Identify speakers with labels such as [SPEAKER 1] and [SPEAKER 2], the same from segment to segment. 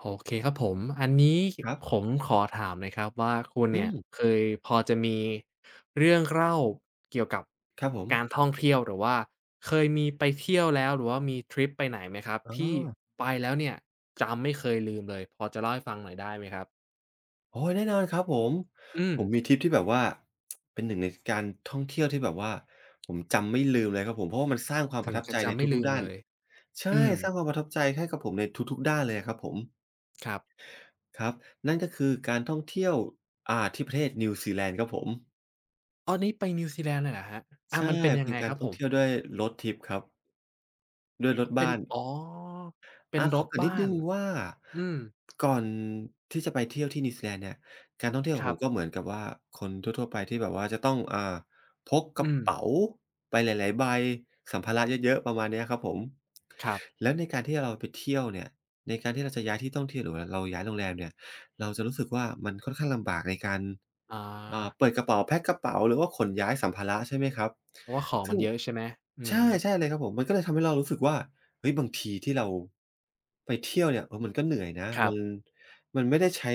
[SPEAKER 1] โอเคครับผมอันนี้
[SPEAKER 2] ครับ
[SPEAKER 1] ผมขอถามหน่อยครับว่าคุณ
[SPEAKER 2] อื
[SPEAKER 1] เนี่ย
[SPEAKER 2] ม
[SPEAKER 1] เคยพอจะมีเรื่องเล่าเกี่ยวกับ
[SPEAKER 2] ครับผม
[SPEAKER 1] การท่องเที่ยวหรือว่าเคยมีไปเที่ยวแล้วหรือว่ามีทริปไปไหนไหมครับ
[SPEAKER 2] อ๋อ
[SPEAKER 1] ที่ไปแล้วเนี่ยจำไม่เคยลืมเลยพอจะเล่าให้ฟังหน่อยได้ไหมครับ
[SPEAKER 2] โอ้ยแน่นอนครับผม
[SPEAKER 1] อืม
[SPEAKER 2] ผมมีทริปที่แบบว่า เป็นหนึ่งในการท่องเที่ยวที่แบบว่าผมจำไม่ลืมเลยครับผมเพราะว่ามันสร้างความป
[SPEAKER 1] ถึ
[SPEAKER 2] ระ
[SPEAKER 1] ง
[SPEAKER 2] ทับ
[SPEAKER 1] กั
[SPEAKER 2] ใจ
[SPEAKER 1] บ
[SPEAKER 2] ใน
[SPEAKER 1] จำไม่
[SPEAKER 2] ทุ
[SPEAKER 1] ลื
[SPEAKER 2] ก
[SPEAKER 1] ม
[SPEAKER 2] ๆด้า
[SPEAKER 1] เล
[SPEAKER 2] น
[SPEAKER 1] ย
[SPEAKER 2] ใช่
[SPEAKER 1] อืม
[SPEAKER 2] สร้างความประทับใจให้กับผมในทุกๆด้านเลยอะครับผม
[SPEAKER 1] ครับ
[SPEAKER 2] ครับนั่นก็คือการท่องเที่ยวที่ประเทศนิวซีแลนด์ครับผม
[SPEAKER 1] อ้อนี่ไปนิวซีแลนด์เลยเหรอครับอามั
[SPEAKER 2] ใช่
[SPEAKER 1] นเป็นยัง
[SPEAKER 2] เป็น
[SPEAKER 1] ไง
[SPEAKER 2] กา
[SPEAKER 1] ค
[SPEAKER 2] ร
[SPEAKER 1] รับ
[SPEAKER 2] ท่
[SPEAKER 1] ผ
[SPEAKER 2] อง
[SPEAKER 1] ม
[SPEAKER 2] เที่ยวด้วย road trip ครับด้วยรถ
[SPEAKER 1] เป็น
[SPEAKER 2] บ้าน
[SPEAKER 1] อ๋อเป็น
[SPEAKER 2] อา
[SPEAKER 1] ร
[SPEAKER 2] ขอ
[SPEAKER 1] ถ
[SPEAKER 2] เกริ่นนิด
[SPEAKER 1] บ้า
[SPEAKER 2] ห
[SPEAKER 1] น
[SPEAKER 2] นึ่งว่า
[SPEAKER 1] อืม
[SPEAKER 2] ก่อนที่จะไปเที่ยวที่นิวซีแลนด์เนี่ยการท่องเที่ยว
[SPEAKER 1] ค
[SPEAKER 2] ของ
[SPEAKER 1] รั
[SPEAKER 2] ผ
[SPEAKER 1] บ
[SPEAKER 2] มก็เหมือนกับว่าคนทั่วๆไปที่แบบว่าจะต้องพกก
[SPEAKER 1] อื
[SPEAKER 2] ระ
[SPEAKER 1] ม
[SPEAKER 2] เป๋าไปหลายๆใบสัมภาระเยอะๆประมาณเนี้ยครับผม
[SPEAKER 1] ครับ
[SPEAKER 2] แล้วในการที่เราไปเที่ยวเนี่ยในการที่เราจะย้ายที่ท่องเที่ยวหรือว่าเราย้ายโรงแรมเนี่ย เราจะรู้สึกว่ามันค่อนข้างลำบากในการ
[SPEAKER 1] อา
[SPEAKER 2] เปิดกระเป๋าแพ็กกระเป๋าหรือว่าขนย้ายสัมภาระใช่ไหมครับ
[SPEAKER 1] เพราะว่าของมั
[SPEAKER 2] ซึ่
[SPEAKER 1] น
[SPEAKER 2] ง
[SPEAKER 1] เยอะใช่ไหมอืม
[SPEAKER 2] ใช่ใช่เลยครับผมมันก็เลยทำให้เรารู้สึกว่าเฮ้ยบางทีที่เราไปเที่ยวเนี่ยเออมันก็เหนื่อยนะ
[SPEAKER 1] ครั
[SPEAKER 2] มั
[SPEAKER 1] บ
[SPEAKER 2] นมันไม่ได้ใช้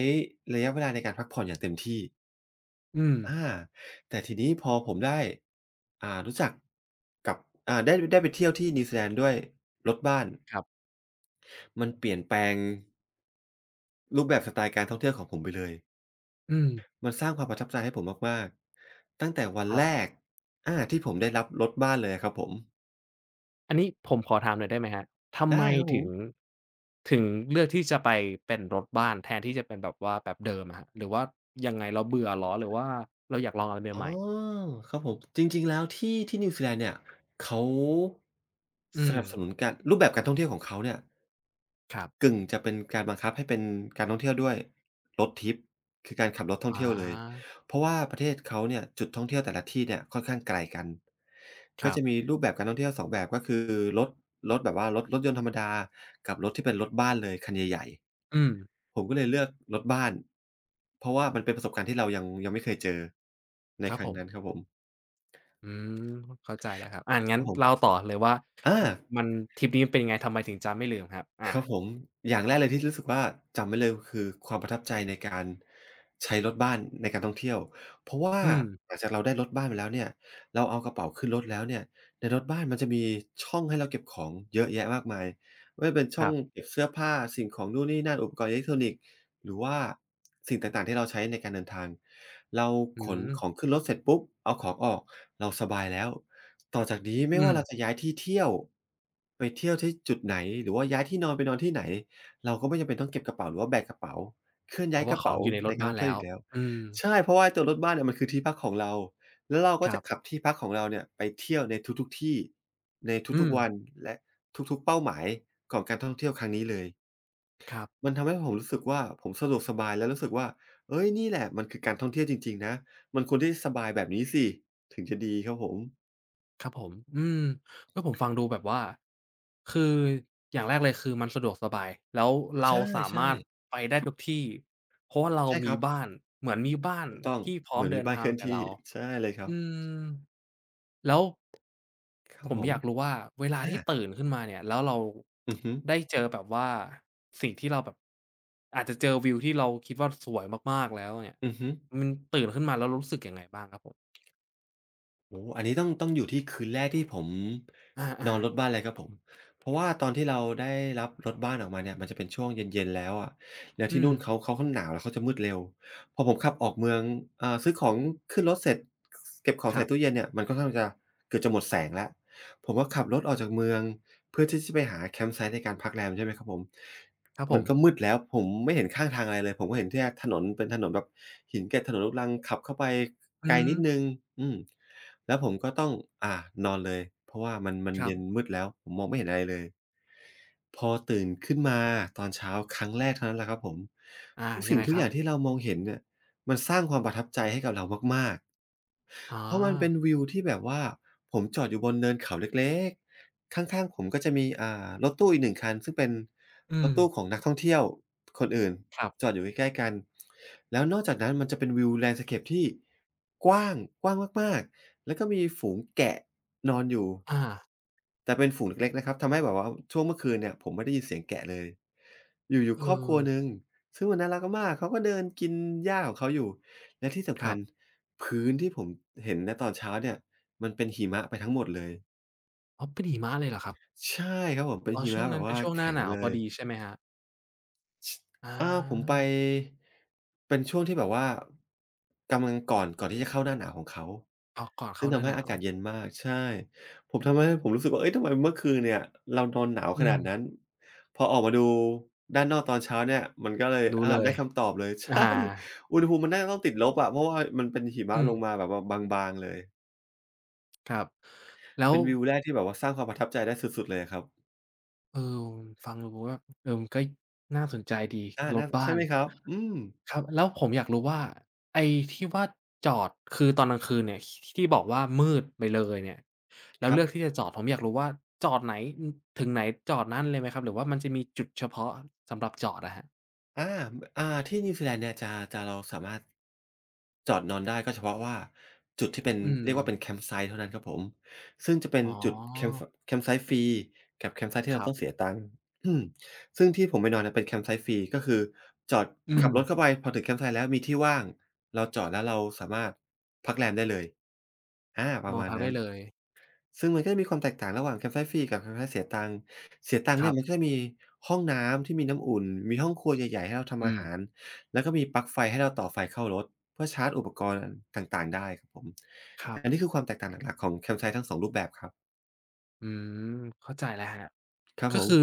[SPEAKER 2] ระยะเวลาในการพักผ่อนอย่างเต็มที่
[SPEAKER 1] อืม
[SPEAKER 2] อาแต่ทีนี้พอผมได้รู้จักกับได้ไปเที่ยวที่นิวซีแลนด์ด้วยรถบ้าน
[SPEAKER 1] ครับ
[SPEAKER 2] มันเปลี่ยนแปลงรูปแบบสไตล์การท่องเที่ยวของผมไปเลย
[SPEAKER 1] อืม
[SPEAKER 2] มันสร้างความประทับใจให้ผมมากๆตั้งแต่วัน
[SPEAKER 1] ครับ
[SPEAKER 2] แรกอาที่ผมได้รับรถบ้านเลยอะครับผม
[SPEAKER 1] อันนี้ผมขอถามหน่อยได้ไหมครับทำไม
[SPEAKER 2] ได้ครับผ
[SPEAKER 1] ถึ
[SPEAKER 2] ม
[SPEAKER 1] งถึงเลือกที่จะไปเป็นรถบ้านแทนที่จะเป็นแบบว่าแบบเดิมอะครับหรือว่ายังไงเราเบื่อเหรอหรือว่าเราอยากลองอะไร
[SPEAKER 2] อ๋อ
[SPEAKER 1] ใหม่ๆ
[SPEAKER 2] ครับผมจริงๆแล้วที่ที่นิวซีแลนด์เนี่ยเขา
[SPEAKER 1] อื
[SPEAKER 2] ส
[SPEAKER 1] ม
[SPEAKER 2] นับสนุนการรูปแบบการท่องเที่ยวของเขาเนี่ย
[SPEAKER 1] ครับ
[SPEAKER 2] กึ่งจะเป็นการบังคับให้เป็นการท่องเที่ยวด้วย road trip คือการขับรถท่อ
[SPEAKER 1] อ๋
[SPEAKER 2] งเที่ยวเลย
[SPEAKER 1] อ
[SPEAKER 2] เพราะว่าประเทศเขาเนี่ยจุดท่องเที่ยวแต่ละที่เนี่ยค่อนข้างไกลกัน
[SPEAKER 1] ค
[SPEAKER 2] ก็
[SPEAKER 1] รับ
[SPEAKER 2] จะมีรูปแบบการท่องเที่ยวสองแบบก็คือรถรถแบบว่ารถยนต์ธรรมดากับรถที่เป็นรถบ้านเลยคันใหญ่
[SPEAKER 1] อืม
[SPEAKER 2] ๆผมก็เลยเลือกรถบ้านเพราะว่ามันเป็นประสบการณ์ที่เรายังไม่เคยเจอใน
[SPEAKER 1] ครับ
[SPEAKER 2] ครั้
[SPEAKER 1] ผ
[SPEAKER 2] งนั้นค
[SPEAKER 1] ม
[SPEAKER 2] รับผม
[SPEAKER 1] อืมเข้าใจแล้วครับอางั้
[SPEAKER 2] ค
[SPEAKER 1] น
[SPEAKER 2] รับผ
[SPEAKER 1] เล่า
[SPEAKER 2] ม
[SPEAKER 1] ต่อเลยว่า
[SPEAKER 2] อา
[SPEAKER 1] มมันทริปนี้เป็นยังไงทำไมถึงจะไม่ลืมครับอา
[SPEAKER 2] ครับผมอย่างแรกเลยที่รู้สึกว่าจำไว้เลยคือความประทับใจในการใช้รถบ้านในการท่องเที่ยวเพราะว่า
[SPEAKER 1] อืม
[SPEAKER 2] หลังจากเราได้รถบ้านมาแล้วเนี่ยเราเอากระเป๋าขึ้นรถแล้วเนี่ยในรถบ้านมันจะมีช่องให้เราเก็บของเยอะแยะมากมายไม่ว่าจะเป็น
[SPEAKER 1] ค
[SPEAKER 2] ช่อ
[SPEAKER 1] รั
[SPEAKER 2] ง
[SPEAKER 1] บ
[SPEAKER 2] เก็บเสื้อผ้าสิ่งของนู่นนี่นั่นอุปกรณ์อิเล็กทรอนิกส์ หรือว่าสิ่งต่างๆที่เราใช้ในการเดินทางเรา
[SPEAKER 1] อื
[SPEAKER 2] ขน
[SPEAKER 1] ม
[SPEAKER 2] ของขึ้นรถเสร็จปุ๊บเอาของออกเราสบายแล้วต่อจากนี้ไม่
[SPEAKER 1] อื
[SPEAKER 2] ว่า
[SPEAKER 1] ม
[SPEAKER 2] เราจะย้ายที่เที่ยวไปเที่ยวที่จุดไหนหรือว่าย้ายที่นอนไปนอนที่ไหนเราก็ไม่จำเป็นต้องเก็บกระเป๋าหรือว่าแบกกระเป๋าเคลื่อน
[SPEAKER 1] เพ
[SPEAKER 2] ย้าย
[SPEAKER 1] ราะ
[SPEAKER 2] ก
[SPEAKER 1] ว่า
[SPEAKER 2] ระ
[SPEAKER 1] ของ
[SPEAKER 2] เป๋า
[SPEAKER 1] อยู่ในร
[SPEAKER 2] ใน
[SPEAKER 1] ถ
[SPEAKER 2] การ
[SPEAKER 1] บ้า
[SPEAKER 2] ท่
[SPEAKER 1] น
[SPEAKER 2] องเที่
[SPEAKER 1] แล้
[SPEAKER 2] ยวอ
[SPEAKER 1] ว
[SPEAKER 2] ยู่แล้ว
[SPEAKER 1] อืม
[SPEAKER 2] ใช่เพราะว่าไอ้ตัวรถบ้านเนี่ยมันคือที่พักของเราแล้วเรา
[SPEAKER 1] ค
[SPEAKER 2] ก็
[SPEAKER 1] รั
[SPEAKER 2] จะขั
[SPEAKER 1] บ
[SPEAKER 2] บที่พักของเราเนี่ยไปเที่ยวในทุกๆที่ใน
[SPEAKER 1] อื
[SPEAKER 2] ทุก
[SPEAKER 1] ม
[SPEAKER 2] ๆวันและทุกๆเป้าหมายของการท่องเที่ยวครั้งนี้เลย
[SPEAKER 1] ครับ
[SPEAKER 2] มันทำให้ผมรู้สึกว่าผมสะดวกสบายแล้วรู้สึกว่าเฮ้ยนี่แหละมันคือการท่องเที่ยวจริงๆนะ มันควรที่จะสบายแบบนี้สิถึงจะดีครับผม
[SPEAKER 1] ครับผม อืมก็ผมฟังดูแบบว่า คือ อย่างแรกเลยคือมันสะดวกสบาย แล้ว
[SPEAKER 2] ใ
[SPEAKER 1] เราสา
[SPEAKER 2] ช่
[SPEAKER 1] มารถ
[SPEAKER 2] ๆ
[SPEAKER 1] ไปได้ทุกที่ เพราะว่าเรา
[SPEAKER 2] ใช่ค
[SPEAKER 1] มี
[SPEAKER 2] รับ
[SPEAKER 1] บ้านเหมือนมีบ้าน
[SPEAKER 2] ถูกต้อง
[SPEAKER 1] ที่พร้อ
[SPEAKER 2] เห
[SPEAKER 1] ม
[SPEAKER 2] มือน
[SPEAKER 1] เดิ
[SPEAKER 2] มี
[SPEAKER 1] น
[SPEAKER 2] บ้าน
[SPEAKER 1] ทา
[SPEAKER 2] เค
[SPEAKER 1] ง
[SPEAKER 2] ลื่
[SPEAKER 1] ไป
[SPEAKER 2] อน
[SPEAKER 1] กับ
[SPEAKER 2] ที่
[SPEAKER 1] เรา
[SPEAKER 2] ใช่เลยครับ
[SPEAKER 1] อืม แล้ว
[SPEAKER 2] ครั
[SPEAKER 1] ผ
[SPEAKER 2] บ
[SPEAKER 1] ม
[SPEAKER 2] ผ
[SPEAKER 1] อ
[SPEAKER 2] ม
[SPEAKER 1] ยากรู้ว่าเวลา
[SPEAKER 2] อา
[SPEAKER 1] ที่ตื่นขึ้นมาเนี่ยแล้วเรา
[SPEAKER 2] อือฮึ
[SPEAKER 1] ได้เจอแบบว่าสิ่งที่เราแบบอาจจะเจอวิวที่เราคิดว่าสวยมากๆแล้วเนี่ย
[SPEAKER 2] อือฮึ
[SPEAKER 1] มันตื่นขึ้นมาแล้วรู้สึกยังไงบ้างครับผม
[SPEAKER 2] โอ้โฮอันนี้ต้องอยู่ที่คืนแรกที่ผม
[SPEAKER 1] อ
[SPEAKER 2] น
[SPEAKER 1] า
[SPEAKER 2] อ
[SPEAKER 1] ๆ
[SPEAKER 2] นรถบ้านเลยครับผมเพราะว่าตอนที่เราได้รับรถบ้านออกมาเนี่ยมันจะเป็นช่วงเย็นๆแล้วอะแล้ว
[SPEAKER 1] อื
[SPEAKER 2] ที่
[SPEAKER 1] ม
[SPEAKER 2] นู่นเขาค่อนหนาวแล้วเขาจะมืดเร็วพอผมขับออกเมืองซื้อของขึ้นรถเสร็จเก็บของ
[SPEAKER 1] ครั
[SPEAKER 2] ใส่
[SPEAKER 1] บ
[SPEAKER 2] ตู้เย็นเนี่ยมันค่อนข้างจะเกือบจะหมดแสงแล้วผมก็ขับรถออกจากเมืองเพื่อที่จะไปหาแคมป์ไซต์ในการพักแรมใช่ไหมครับผม
[SPEAKER 1] ครับผ
[SPEAKER 2] มัน
[SPEAKER 1] ม
[SPEAKER 2] ก็มืดแล้วผมไม่เห็นข้างทางอะไรเลยผมก็เห็นแค่ถนนเป็นถนนแบบหินเกล็ดถนนลูกรังขับเข้าไป
[SPEAKER 1] อือฮ
[SPEAKER 2] ไกลนิดหนึ่
[SPEAKER 1] ึ
[SPEAKER 2] งอืม แล้วผมก็ต้องอ่านอนเลยเพราะว่ามัน
[SPEAKER 1] ครับ
[SPEAKER 2] เย็นมืดแล้วผมมองไม่เห็นอะไรเลยพอตื่นขึ้นมาตอนเช้าครั้งแรกเท่านั้นแหละครับผม
[SPEAKER 1] อา
[SPEAKER 2] ทุก
[SPEAKER 1] ยัง
[SPEAKER 2] สิ่ง
[SPEAKER 1] ไง
[SPEAKER 2] ทุ
[SPEAKER 1] ค
[SPEAKER 2] กอ
[SPEAKER 1] รับ
[SPEAKER 2] ย่างที่เรามองเห็นเนี่ยมันสร้างความประทับใจให้กับเรามาก
[SPEAKER 1] อ๋อ
[SPEAKER 2] ๆเพราะมันเป็นวิวที่แบบว่าผมจอดอยู่บนเนินเขาเล็กๆข้างๆผมก็จะมีรถตู้อีกหนึ่งคันซึ่งเป็น
[SPEAKER 1] อื
[SPEAKER 2] ร
[SPEAKER 1] ม
[SPEAKER 2] ถตู้ของนักท่องเที่ยวคนอื่น
[SPEAKER 1] ครั
[SPEAKER 2] จ
[SPEAKER 1] บ
[SPEAKER 2] อดอยู่ใกล้ๆกันแล้วนอกจากนั้นมันจะเป็นวิว landscape ที่กว้างกว้างมากๆแล้วก็มีฝูงแกะนอนอยู่
[SPEAKER 1] อา
[SPEAKER 2] แต่เป็นฝูงเล็กๆนะครับทำให้แบบว่าช่วงเมื่อคืนเนี่ยผมไม่ได้ยินเสียงแกะเลยอยู่
[SPEAKER 1] เอ
[SPEAKER 2] ๆครอบครั
[SPEAKER 1] อ
[SPEAKER 2] วหนึ่งซึ่งมันน่ารักมากๆเขาก็เดินกินหญ้าของเขาอยู่และที่
[SPEAKER 1] ค
[SPEAKER 2] สำคั
[SPEAKER 1] รั
[SPEAKER 2] ญ
[SPEAKER 1] บ
[SPEAKER 2] พื้นที่ผมเห็นณตอนเช้าเนี่ยมันเป็นหิมะไปทั้งหมดเลย
[SPEAKER 1] อ๋อเป็นหิมะเลยเหรอครับ
[SPEAKER 2] ใช่ครับผมเป็น
[SPEAKER 1] อ๋อ
[SPEAKER 2] หิ
[SPEAKER 1] ช่
[SPEAKER 2] มะ
[SPEAKER 1] วง
[SPEAKER 2] แบ
[SPEAKER 1] นั้
[SPEAKER 2] บ
[SPEAKER 1] นเป็น
[SPEAKER 2] ว่า
[SPEAKER 1] ช่วงหน้า
[SPEAKER 2] แข็
[SPEAKER 1] ห
[SPEAKER 2] ง
[SPEAKER 1] นาว
[SPEAKER 2] เล
[SPEAKER 1] พอ
[SPEAKER 2] ย
[SPEAKER 1] ดีใช่ไหมครับอ
[SPEAKER 2] อาผมไป
[SPEAKER 1] า
[SPEAKER 2] เป็นช่วงที่แบบว่ากำลังก่อนที่จะเข้าหน้าหนาวของเขา
[SPEAKER 1] อ๋อก่อน
[SPEAKER 2] ซึ่
[SPEAKER 1] เข้า
[SPEAKER 2] ง
[SPEAKER 1] หน้า
[SPEAKER 2] ทำ
[SPEAKER 1] ห
[SPEAKER 2] ให้
[SPEAKER 1] นา
[SPEAKER 2] อา
[SPEAKER 1] ว
[SPEAKER 2] กาศเย็นมากใช่ผมทำให้ผมรู้สึกว่าเฮ้ยทำไมเมื่อคืนเนี่ยเรานอนหนาวข
[SPEAKER 1] อืม
[SPEAKER 2] นาดนั้นพอออกมาดูด้านนอกตอนเช้าเนี่ยมันก็เลย
[SPEAKER 1] รู้เลย
[SPEAKER 2] ได้คำตอบเลย
[SPEAKER 1] อา
[SPEAKER 2] ใช่อุณหภูมิมันน่าจะต้องติดลบอะเพราะว่ามันเป็นหิมะ
[SPEAKER 1] อืม
[SPEAKER 2] ลงมาแบบว่าบางๆเลย
[SPEAKER 1] ครับแล้ว
[SPEAKER 2] เป็นวิวแรกที่แบบว่าสร้างความประทับใจได้สุดๆเลยอะครับ
[SPEAKER 1] เออฟังดูว่าเออมันก็น่าสนใจดี
[SPEAKER 2] อา
[SPEAKER 1] รถ
[SPEAKER 2] น่า
[SPEAKER 1] บ้า
[SPEAKER 2] ใช่
[SPEAKER 1] น
[SPEAKER 2] ไหมครับอืม
[SPEAKER 1] ครับแล้วผมอยากรู้ว่าไอ้ที่ว่าจอดคือตอนกลางคืนเนี่ยที่บอกว่ามืดไปเลยเนี่ยแล้
[SPEAKER 2] ค
[SPEAKER 1] ว
[SPEAKER 2] รั
[SPEAKER 1] เลือก
[SPEAKER 2] บ
[SPEAKER 1] ที่จะจอดผมอยากรู้ว่าจอดไหนอือถึงไหนจอดนั้นเลยไหมครับหรือว่ามันจะมีจุดเฉพาะสำหรับจอดอะครับ
[SPEAKER 2] อาอาที่นิวซีแลนด์เนี่ยจะเราสามารถ จอดนอนได้ก็เฉพาะว่าจุดที่เป็น
[SPEAKER 1] อืม
[SPEAKER 2] เรียกว่าเป็นแคมป์ไซต์เท่านั้นครับผมซึ่งจะเป็น
[SPEAKER 1] อ๋อ
[SPEAKER 2] จุดแคมป์ไซต์ฟรีกับแคมป์ไซต์ที่
[SPEAKER 1] ค
[SPEAKER 2] เรา
[SPEAKER 1] รับ
[SPEAKER 2] ต้องเสียตังค์อืมซึ่งที่ผมไปนอนน่ะเป็นแคมป์ไซต์ฟรีก็คือจอด
[SPEAKER 1] อื
[SPEAKER 2] ขั
[SPEAKER 1] ม
[SPEAKER 2] บรถเข้าไปพอถึงแคมป์ไซต์แล้วมีที่ว่างเราจอดแล้วเราสามารถพักแรมได้เลยอาป
[SPEAKER 1] น
[SPEAKER 2] ระ
[SPEAKER 1] อน
[SPEAKER 2] มาณ
[SPEAKER 1] พัก
[SPEAKER 2] นั้
[SPEAKER 1] ได้
[SPEAKER 2] น
[SPEAKER 1] เลย
[SPEAKER 2] ซึ่งมันก็จะมีความแตกต่างระหว่างแคมป์ไ i t ์ฟรีกับแคมป์ไ i t ์เสียตังค์เสียตังค์
[SPEAKER 1] ค
[SPEAKER 2] เนี่
[SPEAKER 1] รั
[SPEAKER 2] ยมันก็
[SPEAKER 1] บ
[SPEAKER 2] จะมีห้องน้ำที่มีน้ำอุ่นมีห้องครัวใหญ่ๆให้เราทำ
[SPEAKER 1] อื
[SPEAKER 2] อา
[SPEAKER 1] ม
[SPEAKER 2] หารแล้วก็มีปลั๊กไฟให้เราต่อไฟเข้ารถเพื่อชาร์จอุปกรณ์ต่างๆได้ครับผม
[SPEAKER 1] ครับ
[SPEAKER 2] อันนี้คือความแตกต่างหลักๆของแคมป์ไซ t ์ทั้งสองรูปแบบครับ
[SPEAKER 1] อืมเข้าใจแล้วครับ
[SPEAKER 2] ครับ
[SPEAKER 1] ก็
[SPEAKER 2] ผม
[SPEAKER 1] คือ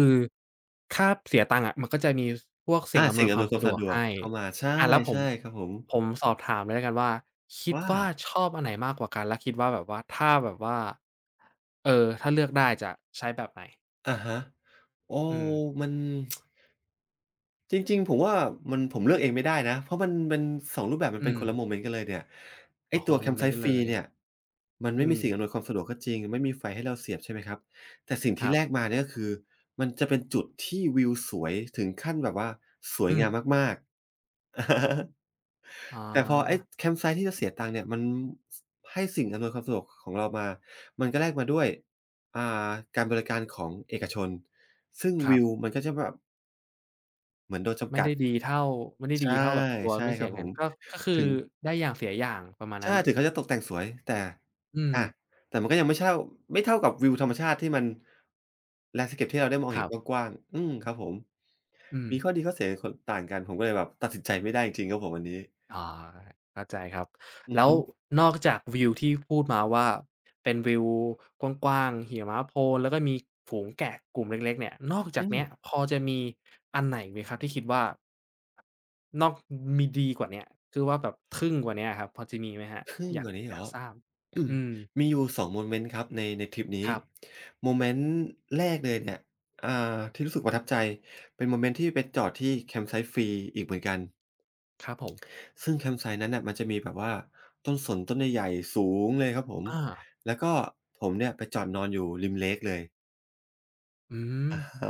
[SPEAKER 1] ถ้าเสียตังค์อะมันก็จะมีพวกสิ่
[SPEAKER 2] อา
[SPEAKER 1] งอำนว
[SPEAKER 2] สิ่ง
[SPEAKER 1] ยค
[SPEAKER 2] อำน
[SPEAKER 1] วา
[SPEAKER 2] ว
[SPEAKER 1] ม
[SPEAKER 2] ยควา
[SPEAKER 1] สะ
[SPEAKER 2] ม
[SPEAKER 1] ดว
[SPEAKER 2] สะ
[SPEAKER 1] ก
[SPEAKER 2] ดวก
[SPEAKER 1] ให้
[SPEAKER 2] เข้ามาใช่
[SPEAKER 1] อาแล้วผม
[SPEAKER 2] ใช่ครับผม
[SPEAKER 1] ผมสอบถามเลยแล้วกันว่าคิด
[SPEAKER 2] ว่า
[SPEAKER 1] ว่าชอบอันไหนมากกว่ากันและคิดว่าแบบว่าถ้าแบบว่าเออถ้าเลือกได้จะใช้แบบไหน
[SPEAKER 2] อะฮะโอ้
[SPEAKER 1] อืม
[SPEAKER 2] มัน จริงๆผมว่ามันผมเลือกเองไม่ได้นะเพราะมันเป็น2รูปแบบมัน
[SPEAKER 1] อื
[SPEAKER 2] เป็น
[SPEAKER 1] ม
[SPEAKER 2] คนละโมเมนต์กันเลยเนี่ย
[SPEAKER 1] อ๋
[SPEAKER 2] ไอ้
[SPEAKER 1] อค
[SPEAKER 2] ตั
[SPEAKER 1] น
[SPEAKER 2] ว
[SPEAKER 1] ละ
[SPEAKER 2] แค
[SPEAKER 1] โม
[SPEAKER 2] มป์
[SPEAKER 1] เม
[SPEAKER 2] ไซ
[SPEAKER 1] นต์กั
[SPEAKER 2] ต์
[SPEAKER 1] น
[SPEAKER 2] ฟ
[SPEAKER 1] เล
[SPEAKER 2] รี
[SPEAKER 1] ย
[SPEAKER 2] เนี่ยมันไม่
[SPEAKER 1] อื
[SPEAKER 2] มี
[SPEAKER 1] ม
[SPEAKER 2] สิ่งอำนวยความสะดวกก็จริงไม่มีไฟให้เราเสียบใช่ไหมครับแต่สิ่ง
[SPEAKER 1] ค
[SPEAKER 2] ที่
[SPEAKER 1] รับ
[SPEAKER 2] แลกมาเนี่ยก็คือมันจะเป็นจุดที่วิวสวยถึงขั้นแบบว่าสวย
[SPEAKER 1] อืม
[SPEAKER 2] งามมากๆ
[SPEAKER 1] อ๋อ
[SPEAKER 2] แต่พอไอ้แคมป์ไซต์ที่จะเสียตังค์เนี่ยมันสให้สิ่งอำนวยความสะดวกของเรามามันก็แลกมาด้วยอ่าการบริการของเอกชนซึ่ง
[SPEAKER 1] ครั
[SPEAKER 2] วิว
[SPEAKER 1] บ
[SPEAKER 2] มันก็จะแบบเหมือนโดนจำ
[SPEAKER 1] ไม่
[SPEAKER 2] กัด
[SPEAKER 1] ได้ดีเท่าไม่ได้ดี
[SPEAKER 2] ใช่
[SPEAKER 1] เท่าแบบตัว
[SPEAKER 2] ใช่
[SPEAKER 1] ไม่
[SPEAKER 2] ค
[SPEAKER 1] เสี
[SPEAKER 2] รั
[SPEAKER 1] ย
[SPEAKER 2] บผ
[SPEAKER 1] เงิน
[SPEAKER 2] ม
[SPEAKER 1] ก็ก็คือ
[SPEAKER 2] ถึง
[SPEAKER 1] ได้อย่างเสียอย่างประมาณ
[SPEAKER 2] ใช่
[SPEAKER 1] นั้น
[SPEAKER 2] ถึงเขาจะตกแต่งสวยแต่
[SPEAKER 1] อืม
[SPEAKER 2] อาแต่มันก็ยังไม่เช่าไม่เท่ากับวิวธรรมชาติที่มัน landscape ที่เราได้มอง
[SPEAKER 1] ค
[SPEAKER 2] เห็น
[SPEAKER 1] รับ
[SPEAKER 2] กว้างๆอืมครับผม
[SPEAKER 1] อืม
[SPEAKER 2] มีข้อดีข้อเสียคนต่างกันผมก็เลยแบบตัดสินใจไม่ได้จริงๆครับผมอันนี้
[SPEAKER 1] อ๋อเข้าใจครับ
[SPEAKER 2] อือ
[SPEAKER 1] แล้ว
[SPEAKER 2] ฮึ
[SPEAKER 1] นอกจากวิวที่พูดมาว่าเป็นวิวกว้างๆหิมะโพนแล้วก็มีฝูงแกะกลุ่มเล็กๆเนี่ยนอกจา
[SPEAKER 2] อื
[SPEAKER 1] กเนี้ยพ
[SPEAKER 2] ม
[SPEAKER 1] อจะมีอันไหนไหมครับที่คิดว่านอกมีดีกว่าเนี้ยคือว่าแบบทึ่งกว่าเนี้ยครับพอจะมีไหมครับ
[SPEAKER 2] ทึ่ง
[SPEAKER 1] อยา
[SPEAKER 2] ก
[SPEAKER 1] ก
[SPEAKER 2] ว่านี้
[SPEAKER 1] อ
[SPEAKER 2] เหร
[SPEAKER 1] ยาก
[SPEAKER 2] อ
[SPEAKER 1] ทราบอืม
[SPEAKER 2] มีอยู่2โมเมนต์ครับในทริปนี้
[SPEAKER 1] ครับ
[SPEAKER 2] โมเมนต์แรกเลยเนี่ยที่รู้สึกประทับใจเป็นโมเมนต์ที่ไปจอดที่แคมป์ไซต์ฟรีอีกเหมือนกัน
[SPEAKER 1] ครับผม
[SPEAKER 2] ซึ่งแคมป์ไซต์นั้นน่ะมันจะมีแบบว่าต้นสนต้นใหญ่ๆสูงเลยครับผม
[SPEAKER 1] อา
[SPEAKER 2] แล้วก็ผมเนี่ยไปจอดนอนอยู่ริมเลกเลย
[SPEAKER 1] อืม
[SPEAKER 2] อะฮะ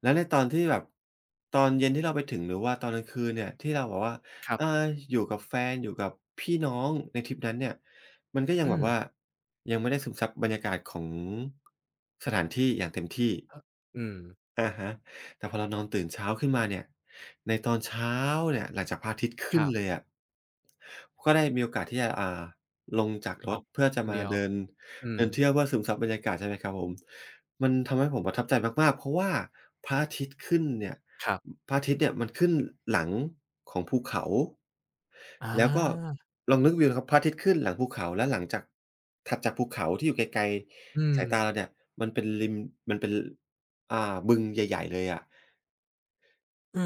[SPEAKER 2] แล้วในตอนที่แบบตอนเย็นที่เราไปถึงหรือว่าตอนกลางคืนเนี่ยที่เราแบบว่า
[SPEAKER 1] ครั
[SPEAKER 2] เออ
[SPEAKER 1] บ
[SPEAKER 2] อยู่กับแฟนอยู่กับพี่น้องในทริปนั้นเนี่ยมันก็ยัง
[SPEAKER 1] อื
[SPEAKER 2] แบ
[SPEAKER 1] ม
[SPEAKER 2] บว่ายังไม่ได้ซึมซับบรรยากาศของสถานที่อย่างเต็มที่
[SPEAKER 1] อืม
[SPEAKER 2] อะฮะแต่พอเรานอนตื่นเช้าขึ้นมาเนี่ยในตอนเช้าเนี่ยหลังจากพระอาทิตย์
[SPEAKER 1] ค
[SPEAKER 2] ขึ้น
[SPEAKER 1] รั
[SPEAKER 2] เลย
[SPEAKER 1] บ
[SPEAKER 2] อะก็ได้มีโอกาสที่จะลงจากร
[SPEAKER 1] อ
[SPEAKER 2] ถ
[SPEAKER 1] อก
[SPEAKER 2] เพื่อ
[SPEAKER 1] ค
[SPEAKER 2] จะ
[SPEAKER 1] น
[SPEAKER 2] มา
[SPEAKER 1] เดียว
[SPEAKER 2] เดิน
[SPEAKER 1] อืม
[SPEAKER 2] เดินเที่ยวเพื่อซึมซับบรรยากาศใช่ไหมครับผมมันทำให้ผมประทับใจมากๆเพราะว่าพระอาทิตย์ขึ้นเนี่ย
[SPEAKER 1] ครับ
[SPEAKER 2] พระอาทิตย์เนี่ยมันขึ้นหลังของภูเขา
[SPEAKER 1] อ
[SPEAKER 2] แล้วก็
[SPEAKER 1] า
[SPEAKER 2] ลองนึกวิวนะครับพระอาทิตย์ขึ้นหลังภูเขาและหลังจากถัดจากภูเขาที่อยู่ไกล
[SPEAKER 1] อืม
[SPEAKER 2] ๆสายตาเราเนี่ยมันเป็นริมมันเป็น อ่าบึงใหญ่ๆเลยอะ
[SPEAKER 1] เออ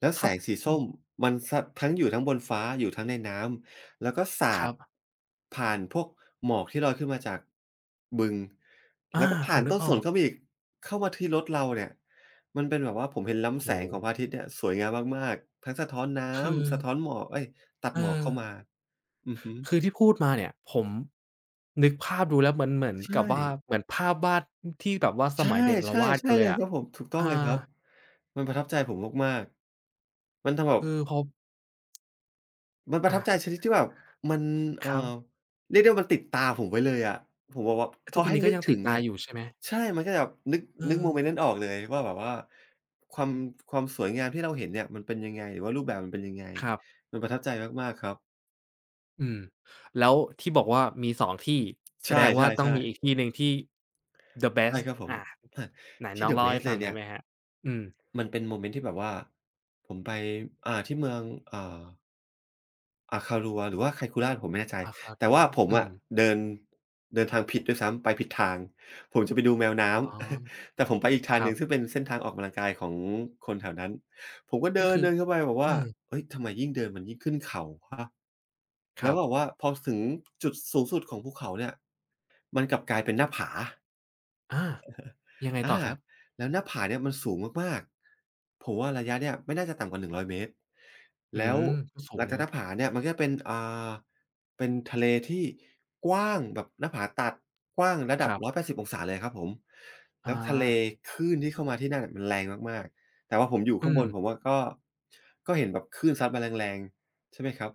[SPEAKER 2] แล้วแส
[SPEAKER 1] ถ้า
[SPEAKER 2] งสีส้มมันสะทั้งอยู่ทั้งบนฟ้าอยู่ทั้งในน้ำแล้วก็
[SPEAKER 1] ค
[SPEAKER 2] สาด
[SPEAKER 1] รับ
[SPEAKER 2] ผ่านพวกหมอกที่ลอยขึ้นมาจากบึง
[SPEAKER 1] อา
[SPEAKER 2] แล้วก็
[SPEAKER 1] ผ
[SPEAKER 2] ผ่า
[SPEAKER 1] ม
[SPEAKER 2] น
[SPEAKER 1] นึก
[SPEAKER 2] ต้น
[SPEAKER 1] อ
[SPEAKER 2] ส
[SPEAKER 1] อ
[SPEAKER 2] น
[SPEAKER 1] ก
[SPEAKER 2] เข้ามาอีกเข้ามาที่รถเราเนี่ยมันเป็นแบบว่าผมเห็น
[SPEAKER 1] โอ้
[SPEAKER 2] ล้ำ
[SPEAKER 1] โฮ
[SPEAKER 2] แสงของพระอาทิตย์เนี่ยสวยงามมากๆทั้งสะท้อนน้
[SPEAKER 1] คือ
[SPEAKER 2] ำสะท้อนหมอกเอ๊ยตัด
[SPEAKER 1] เอ
[SPEAKER 2] หมอก
[SPEAKER 1] อ
[SPEAKER 2] เข้ามาอือฮึ
[SPEAKER 1] คือที่พูดมาเนี่ย ผมนึกภาพดูแล้วมันเหมือน
[SPEAKER 2] ใช่
[SPEAKER 1] กับว่า เหมือนภาพวาดอที่แบบว่าส
[SPEAKER 2] ใช่
[SPEAKER 1] มัยเด็ก
[SPEAKER 2] ๆ
[SPEAKER 1] เราวาด
[SPEAKER 2] ใช่
[SPEAKER 1] กันเล
[SPEAKER 2] เล
[SPEAKER 1] ย
[SPEAKER 2] ย
[SPEAKER 1] อะ
[SPEAKER 2] ครับผมถูกต้อง
[SPEAKER 1] อา
[SPEAKER 2] เลยครับมันประทับใจผมมากๆมันทำแบบ
[SPEAKER 1] เออพอ
[SPEAKER 2] มันประทับ
[SPEAKER 1] อา
[SPEAKER 2] ใจชนิดที่แบบมัน
[SPEAKER 1] ค
[SPEAKER 2] เอ่อ
[SPEAKER 1] รับ
[SPEAKER 2] เรียกได้ว่ามันติดตาผมไว้เลยอะผมแบบว่าพ
[SPEAKER 1] ทุ
[SPEAKER 2] อ
[SPEAKER 1] กวัน
[SPEAKER 2] ให้
[SPEAKER 1] นี้ก็
[SPEAKER 2] นึก
[SPEAKER 1] ยังติ
[SPEAKER 2] ถึ
[SPEAKER 1] ด
[SPEAKER 2] ง
[SPEAKER 1] ตา
[SPEAKER 2] เนี่ย
[SPEAKER 1] อยู่ใช่ไหม
[SPEAKER 2] ใช่มันก็จะแบบนึก
[SPEAKER 1] เออ
[SPEAKER 2] นึกโมเมนต์นั้นออกเลยว่าแบบว่าความความสวยงามที่เราเห็นเนี่ยมันเป็นยังไงหรือว่ารูปแบบมันเป็นยังไง
[SPEAKER 1] ครับ
[SPEAKER 2] มันประทับใจมากๆครับ
[SPEAKER 1] อืม แล้วที่บอกว่ามีสองที่ แสด
[SPEAKER 2] ใช่
[SPEAKER 1] งว่าต้องมี
[SPEAKER 2] ๆๆ
[SPEAKER 1] อีกที่หนึ่งที่ the
[SPEAKER 2] ใช่
[SPEAKER 1] best
[SPEAKER 2] ครับผม
[SPEAKER 1] อา
[SPEAKER 2] อา
[SPEAKER 1] ไหน
[SPEAKER 2] ที่
[SPEAKER 1] น้อง
[SPEAKER 2] The
[SPEAKER 1] เล่าให้
[SPEAKER 2] Best เล
[SPEAKER 1] ฟัง
[SPEAKER 2] ย
[SPEAKER 1] ได้
[SPEAKER 2] เนี่ย
[SPEAKER 1] ไหมครับอืม
[SPEAKER 2] มันเป็นโมเมนต์ที่แบบว่าผมไปที่เมืองอ่า Kahlua หรือว่า Kaikulan ผมไม่แน่ใจ
[SPEAKER 1] อาคา
[SPEAKER 2] แต่
[SPEAKER 1] รัว
[SPEAKER 2] ว่าผม
[SPEAKER 1] อื
[SPEAKER 2] อะ
[SPEAKER 1] ม
[SPEAKER 2] เดินเดินทางผิดด้วยซ้ำไปผิดทางผมจะไปดูแมวน้
[SPEAKER 1] อ๋อ
[SPEAKER 2] ำ แต่ผมไปอีกทา
[SPEAKER 1] ค
[SPEAKER 2] งห
[SPEAKER 1] รั
[SPEAKER 2] นึ่งซึ่ง
[SPEAKER 1] บ
[SPEAKER 2] เป็นเส้นทางออกกำลังกายของคนแถวนั้นผมก็
[SPEAKER 1] ก็
[SPEAKER 2] เดิน
[SPEAKER 1] คือ
[SPEAKER 2] เดินเข้าไปแบบ
[SPEAKER 1] เอื
[SPEAKER 2] ว่า
[SPEAKER 1] ม
[SPEAKER 2] เฮ้ยทำไมยิ่งเดินมันยิ่งขึ้นเขาเปล่ะ
[SPEAKER 1] ค
[SPEAKER 2] แล้
[SPEAKER 1] รั
[SPEAKER 2] ว
[SPEAKER 1] บ
[SPEAKER 2] แบบว่าพอถึงจุดสูงสุดของภูเขาเนี่ยมันกลับกลายเป็นหน้าผา
[SPEAKER 1] อายังไงต่
[SPEAKER 2] อา
[SPEAKER 1] อครับ
[SPEAKER 2] แล้วหน้าผาเนี่ยมันสูงมากๆผมว่าระยะเนี่ยไม่น่าจะต่ำกว่า100เมตร
[SPEAKER 1] อื
[SPEAKER 2] แล้ว
[SPEAKER 1] มก็สู
[SPEAKER 2] ห
[SPEAKER 1] ง
[SPEAKER 2] ลังจากห
[SPEAKER 1] นะ
[SPEAKER 2] น้าผาเนี่ยมันก็จะเป็นาเป็นทะเลที่กว้างแบบหน้าผาตัดกว้างระ
[SPEAKER 1] ค
[SPEAKER 2] ดับ
[SPEAKER 1] รับ
[SPEAKER 2] 180อยแปดสิบองศาเลยครับผม
[SPEAKER 1] อา
[SPEAKER 2] แล้วทะเลคลื่นที่เข้ามาที่นั่นน่ะมันแรงมากๆแต่ว่าผมอยู่ข้า
[SPEAKER 1] อื
[SPEAKER 2] ง
[SPEAKER 1] ม
[SPEAKER 2] บนผมว่าก็เห็นแบบคลื่นซัดมาแรงๆ ใช่ไหมครับ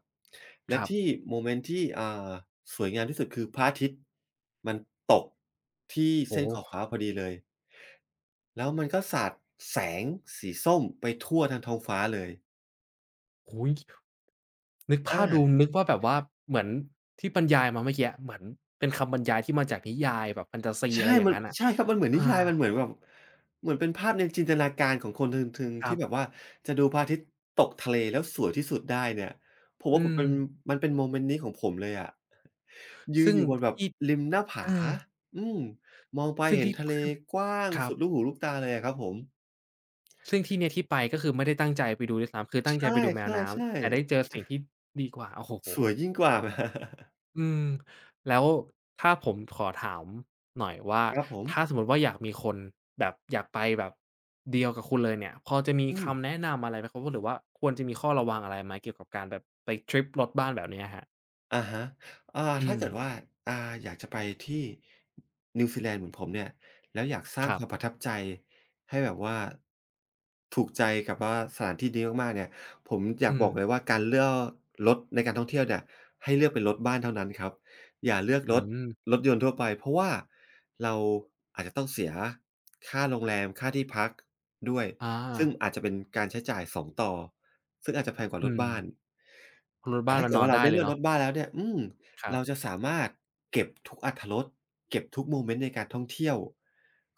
[SPEAKER 1] ค
[SPEAKER 2] และ
[SPEAKER 1] รับ
[SPEAKER 2] ที่โมเมนต์ที่าสวยงามที่สุดคือพระอาทิตย์มันตกที่
[SPEAKER 1] โอ้
[SPEAKER 2] เส้
[SPEAKER 1] โ
[SPEAKER 2] นขอบ
[SPEAKER 1] ฮ
[SPEAKER 2] ฟ้าพอดีเลยแล้วมันก็สาดแสงสีส้มไปทั่วทั้งท้องฟ้าเลย
[SPEAKER 1] โอ้โฮนึก
[SPEAKER 2] อา
[SPEAKER 1] ภาพดูนึกว่าแบบว่าเหมือนที่บรรยายมาเมื่อกี้เหมือนเป็นคำบรรยายที่มาจากนิยายแบบแฟนตาซี
[SPEAKER 2] ใช่
[SPEAKER 1] อะไรอย่า
[SPEAKER 2] มั
[SPEAKER 1] ง
[SPEAKER 2] น
[SPEAKER 1] งั้นน่ะ
[SPEAKER 2] ใช่ครับมันเหมือนนิ
[SPEAKER 1] อา
[SPEAKER 2] ยายมันเหมือนแบบเหมือนเป็นภาพในจินตนาการของคนคนหึง
[SPEAKER 1] ครั
[SPEAKER 2] ที่แบบ
[SPEAKER 1] บ
[SPEAKER 2] ว่าจะดูพระอาทิตย์ตกทะเลแล้วสวยที่สุดได้เนี่ยผม
[SPEAKER 1] อื
[SPEAKER 2] ว่าผม
[SPEAKER 1] ม
[SPEAKER 2] เป็นมันเป็นโมเมนต์นี้ของผมเลยอะ ยืน
[SPEAKER 1] ซึ่ง
[SPEAKER 2] อยู่บนแบบ
[SPEAKER 1] ที่
[SPEAKER 2] ริมหน้า
[SPEAKER 1] เอ
[SPEAKER 2] ผา
[SPEAKER 1] อ
[SPEAKER 2] อืมมองไป
[SPEAKER 1] ซึ่ง
[SPEAKER 2] เห็น
[SPEAKER 1] ที่
[SPEAKER 2] ทะเล
[SPEAKER 1] ขึ้น
[SPEAKER 2] กว้าง
[SPEAKER 1] ครั
[SPEAKER 2] สุ
[SPEAKER 1] บ
[SPEAKER 2] ดลูกหูลูกตาเลยอะครับผม
[SPEAKER 1] ซึ่งที่เนี้ยที่ไปก็คือไม่ได้ตั้งใจไปดูด้วยซ้ำคือตั้
[SPEAKER 2] ใช
[SPEAKER 1] งใจไปดูแมว
[SPEAKER 2] ่
[SPEAKER 1] น้ำแต่
[SPEAKER 2] ๆ
[SPEAKER 1] ได้เจ
[SPEAKER 2] ๆ
[SPEAKER 1] อสิ่งที่ดีกว่าโอ้โฮ
[SPEAKER 2] สวยยิ่งกว่า
[SPEAKER 1] อืมแล้วถ้าผมขอถามหน่อยว่า
[SPEAKER 2] ครับผม
[SPEAKER 1] ถ้าสมมติว่าอยากมีคนแบบอยากไปแบบเดียวกับคุณเลยเนี่ยพอจะมี
[SPEAKER 2] อืม
[SPEAKER 1] คำแนะนำอะไรไหมครับหรือว่าควรจะมีข้อระวังอะไรไหมเกี่ยวกับการแบบไปทริปรถบ้านแบบเนี้ยครับ
[SPEAKER 2] อะฮะ
[SPEAKER 1] อื
[SPEAKER 2] ถ้า
[SPEAKER 1] ม
[SPEAKER 2] เกิดว่าอ่าอยากจะไปที่นิวซีแลนด์เหมือนผมเนี่ยแล้วอยากสร้า
[SPEAKER 1] ค
[SPEAKER 2] ง
[SPEAKER 1] รั
[SPEAKER 2] ค
[SPEAKER 1] บ
[SPEAKER 2] วามประทับใจให้แบบว่าถูกใจกับว่าสถานที่นี้มากๆเนี่ยผมอยาก
[SPEAKER 1] อื
[SPEAKER 2] บ
[SPEAKER 1] ม
[SPEAKER 2] อกเลยว่าการเลือกรถในการท่องเที่ยวเนี่ยให้เลือกเป็นรถบ้านเท่านั้นครับอย่าเลือก
[SPEAKER 1] อื
[SPEAKER 2] รถ
[SPEAKER 1] ม
[SPEAKER 2] รถยนต์ทั่วไป เพราะว่าเราอาจจะต้องเสียค่าโรงแรมค่าที่พักด้วย
[SPEAKER 1] อา
[SPEAKER 2] ซึ่งอาจจะเป็นการใช้จ่ายสองต่อซึ่งอาจจะแพงกว่าร
[SPEAKER 1] อื
[SPEAKER 2] ถ
[SPEAKER 1] ม
[SPEAKER 2] บ้าน
[SPEAKER 1] รถ
[SPEAKER 2] แต่
[SPEAKER 1] บ้าน
[SPEAKER 2] ถ้า
[SPEAKER 1] มัน
[SPEAKER 2] เกิด
[SPEAKER 1] นอน
[SPEAKER 2] ว่าเรา
[SPEAKER 1] ได้
[SPEAKER 2] ได้
[SPEAKER 1] เล
[SPEAKER 2] เลื
[SPEAKER 1] ย
[SPEAKER 2] อกร
[SPEAKER 1] เนาะ
[SPEAKER 2] ถบ้านแล้วเนี่ยอืม
[SPEAKER 1] ครั
[SPEAKER 2] เราจะ
[SPEAKER 1] บ
[SPEAKER 2] สามารถเก็บทุกอรรถรสเก็บทุกโมเมนต์ในการท่องเที่ยว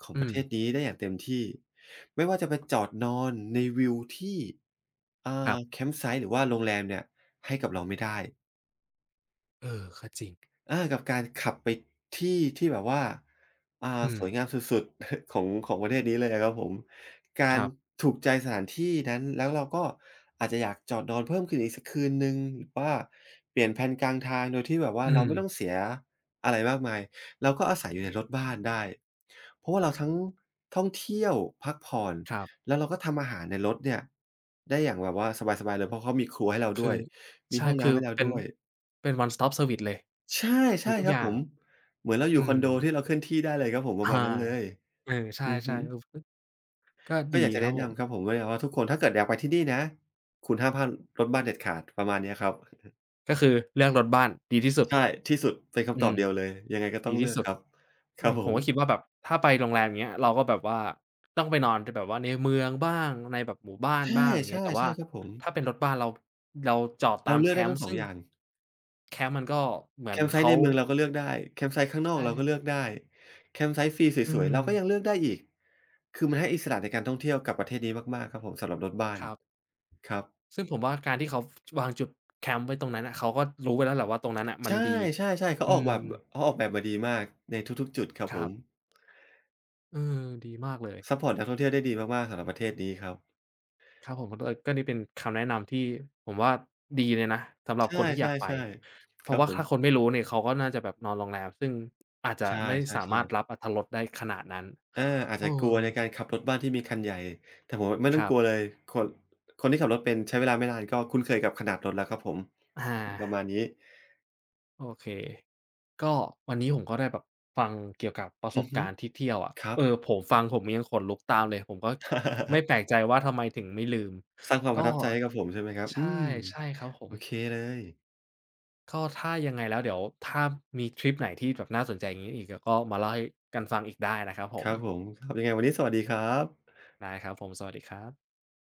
[SPEAKER 2] ของป
[SPEAKER 1] อื
[SPEAKER 2] ระ
[SPEAKER 1] ม
[SPEAKER 2] เทศนี้ได้อย่างเต็มที่ไม่ว่าจะไปจอดนอนในวิวที่
[SPEAKER 1] ครั
[SPEAKER 2] แค
[SPEAKER 1] บ
[SPEAKER 2] มป์ไซต์หรือว่าโรงแรมเนี่ยให้กับเราไม่ได้
[SPEAKER 1] เออก็จริง
[SPEAKER 2] กับการขับไปที่ที่แบบว่าอ่า
[SPEAKER 1] อื
[SPEAKER 2] สวยงา
[SPEAKER 1] ม
[SPEAKER 2] มสุดๆ ของของประเทศนี้เลยอะครับผมกา
[SPEAKER 1] ค
[SPEAKER 2] ร
[SPEAKER 1] รับ
[SPEAKER 2] ถูกใจสถานที่นั้นแล้วเราก็อาจจะอยากจอดนอนเพิ่มขึ้นอีกสักคืนหนึ่งหรือว่าเปลี่ยนแพลนกลางทางโดยที่แบบว่า
[SPEAKER 1] อื
[SPEAKER 2] เราไม่ต้อง
[SPEAKER 1] ม
[SPEAKER 2] เสียอะไรมากมายเราก็อาศัยอยู่ในรถบ้านได้เพราะว่าเราทั้งท่องเที่ยวพักผ่อน
[SPEAKER 1] ครับ
[SPEAKER 2] แล้วเราก็ทำอาหารในรถเนี่ยได้อย่างแบบว่าสบายๆเลยเพราะเขามีครัวให้เราด้
[SPEAKER 1] คื
[SPEAKER 2] วย
[SPEAKER 1] อ
[SPEAKER 2] มี
[SPEAKER 1] ใช่
[SPEAKER 2] ห้อง
[SPEAKER 1] คื
[SPEAKER 2] น้ำ
[SPEAKER 1] อ
[SPEAKER 2] ให้เรา
[SPEAKER 1] เป็น
[SPEAKER 2] ด้วย
[SPEAKER 1] เป็น One Stop Service เลย
[SPEAKER 2] ใช่ใช่
[SPEAKER 1] มีทุก
[SPEAKER 2] ครั
[SPEAKER 1] อ
[SPEAKER 2] บผ
[SPEAKER 1] ย่าง
[SPEAKER 2] มเหมือนเราอ
[SPEAKER 1] อื
[SPEAKER 2] ยู่ค
[SPEAKER 1] ม
[SPEAKER 2] อนโดที่เราเคลื่อนที่ได้เลยครับผมประ
[SPEAKER 1] อา
[SPEAKER 2] มาณนั้นเลย
[SPEAKER 1] เออใช่
[SPEAKER 2] อือฮึ
[SPEAKER 1] ๆก็
[SPEAKER 2] ก็
[SPEAKER 1] ดี
[SPEAKER 2] อยากจะ
[SPEAKER 1] ครั
[SPEAKER 2] แนะ
[SPEAKER 1] บผม
[SPEAKER 2] นำครับผมว่าทุกคนถ้าเกิดอยากไปที่นี่นะคุณห้ามพลาดรถบัสเด็ดขาดประมาณเนี้ยครับ
[SPEAKER 1] ก็คือเลือกรถบ้านดีที่สุด
[SPEAKER 2] ใช่ที่สุดเป็นคำต
[SPEAKER 1] อื
[SPEAKER 2] อบ
[SPEAKER 1] ม
[SPEAKER 2] เดียวเลยยังไงก็ต้อ
[SPEAKER 1] ดี
[SPEAKER 2] งเลื
[SPEAKER 1] ที่
[SPEAKER 2] อก
[SPEAKER 1] สุ
[SPEAKER 2] ค
[SPEAKER 1] ด
[SPEAKER 2] รับค
[SPEAKER 1] เอ
[SPEAKER 2] รับ
[SPEAKER 1] อ
[SPEAKER 2] ผ
[SPEAKER 1] ผม
[SPEAKER 2] ม
[SPEAKER 1] ก็คิดว่าแบบถ้าไปโรงแรมอย่างเงี้ยเราก็แบบว่าต้องไปนอนแบบว่าในเมืองบ้างในแบบหมู่บ้าน
[SPEAKER 2] ใช่
[SPEAKER 1] บ้างอย่างเงี้
[SPEAKER 2] ใช่
[SPEAKER 1] ยแต่ว่า
[SPEAKER 2] ใช่ครับผม
[SPEAKER 1] ถ้าเป็นรถบ้านเราจอด
[SPEAKER 2] เรา
[SPEAKER 1] ตาม
[SPEAKER 2] เลื
[SPEAKER 1] แค
[SPEAKER 2] อกได้
[SPEAKER 1] ม
[SPEAKER 2] ทั้ง
[SPEAKER 1] ป์
[SPEAKER 2] 2อ
[SPEAKER 1] ซึ่
[SPEAKER 2] ง
[SPEAKER 1] ง
[SPEAKER 2] อย่าง
[SPEAKER 1] แคมป์มันก็เหมือ
[SPEAKER 2] แค
[SPEAKER 1] น
[SPEAKER 2] มป์ไซต์
[SPEAKER 1] เขา
[SPEAKER 2] ในเมืองเราก็เลือกได้แคมป์ไซต์ข้างนอก
[SPEAKER 1] ใช่
[SPEAKER 2] เราก็เลือกได้แคมป์ไซต์ฟรี
[SPEAKER 1] อื
[SPEAKER 2] สวย
[SPEAKER 1] ม
[SPEAKER 2] ๆเราก็ยังเลือกได้อีกคือมันให้อิสระในการท่องเที่ยวกับประเทศนี้มากๆครับผมสำหรับรถบ้าน
[SPEAKER 1] ครับ
[SPEAKER 2] ครับ
[SPEAKER 1] ซึ่งผมว่าการที่เขาวางจุดแคมป์ไว้ตรงนั้นน่ะเขาก็รู้ไว้แล้วแหละว่าตรงนั้นน่ะมัน
[SPEAKER 2] ใช่
[SPEAKER 1] ดี
[SPEAKER 2] ใช่ๆเขาอ
[SPEAKER 1] อื
[SPEAKER 2] อก
[SPEAKER 1] ม
[SPEAKER 2] แบบเขาออกแบบมาดีมากในทุกๆจุดครับ
[SPEAKER 1] ค
[SPEAKER 2] ผ
[SPEAKER 1] รั
[SPEAKER 2] ม
[SPEAKER 1] บเออดีมากเลย
[SPEAKER 2] ซัปพอร์ตนักท่องเที่ยวได้ดีมากๆสำหรับประเทศนี้ครับ
[SPEAKER 1] ครับผมก็เลยก็นี่เป็นคำแนะนำที่ผมว่าดีเลยนะสำหรั
[SPEAKER 2] ใช
[SPEAKER 1] บคนที่อยากไป
[SPEAKER 2] ่ๆ
[SPEAKER 1] เพ
[SPEAKER 2] ๆค
[SPEAKER 1] ราะ
[SPEAKER 2] รับ
[SPEAKER 1] ว่า
[SPEAKER 2] ผม
[SPEAKER 1] ถ้าคนไม่รู้เนี่ยเขาก็น่าจะแบบนอนโรงแรมซึ่งอาจจะ
[SPEAKER 2] ใช
[SPEAKER 1] ไม่สามาร
[SPEAKER 2] ่
[SPEAKER 1] ถ
[SPEAKER 2] ๆ
[SPEAKER 1] รั
[SPEAKER 2] ๆ
[SPEAKER 1] บอรรถรสได้ขนาดนั้น
[SPEAKER 2] อาอาจ
[SPEAKER 1] เออ
[SPEAKER 2] จะกลัวในการขับรถบ้านที่มีคันใหญ่แต่ผมว่าไม่
[SPEAKER 1] ค
[SPEAKER 2] ต้อง
[SPEAKER 1] รั
[SPEAKER 2] ก
[SPEAKER 1] บ
[SPEAKER 2] ลัวเลยคนคนที่ขับรถเป็นใช้เวลาไม่นานก็คุ้นเคยกับขนาดรถแล้วครับผม
[SPEAKER 1] อา
[SPEAKER 2] ประมาณนี้
[SPEAKER 1] โอเคก็วันนี้ผมก็ได้แบบฟังเกี่ยวกับประส
[SPEAKER 2] อื
[SPEAKER 1] บ
[SPEAKER 2] อฮึ
[SPEAKER 1] การณ์ที่เที่ยวอะ
[SPEAKER 2] ครั
[SPEAKER 1] เอ
[SPEAKER 2] บ
[SPEAKER 1] อผมฟังผมยังขนลุกตามเลยผมก็ไม่แปลก ใจว่าทำไมถึงไม่ลืม
[SPEAKER 2] สร้างความป
[SPEAKER 1] ก็
[SPEAKER 2] ระทับใจให้กับผมใช่ไหมครับ
[SPEAKER 1] ใช
[SPEAKER 2] อื
[SPEAKER 1] ่
[SPEAKER 2] ม
[SPEAKER 1] ใช่ครับผม
[SPEAKER 2] โอเคเลย
[SPEAKER 1] ก็ถ้ายังไงแล้วเดี๋ยวถ้ามีทริปไหนที่แบบน่าสนใจอย่างงี้อีกเดี๋ยวก็มาเล่าให้กันฟังอีกได้นะครับผ
[SPEAKER 2] ค
[SPEAKER 1] ม
[SPEAKER 2] รับผมครับยังไงวันนี้สวัสดีครับ
[SPEAKER 1] ได้ครับผมสวัสดีครับ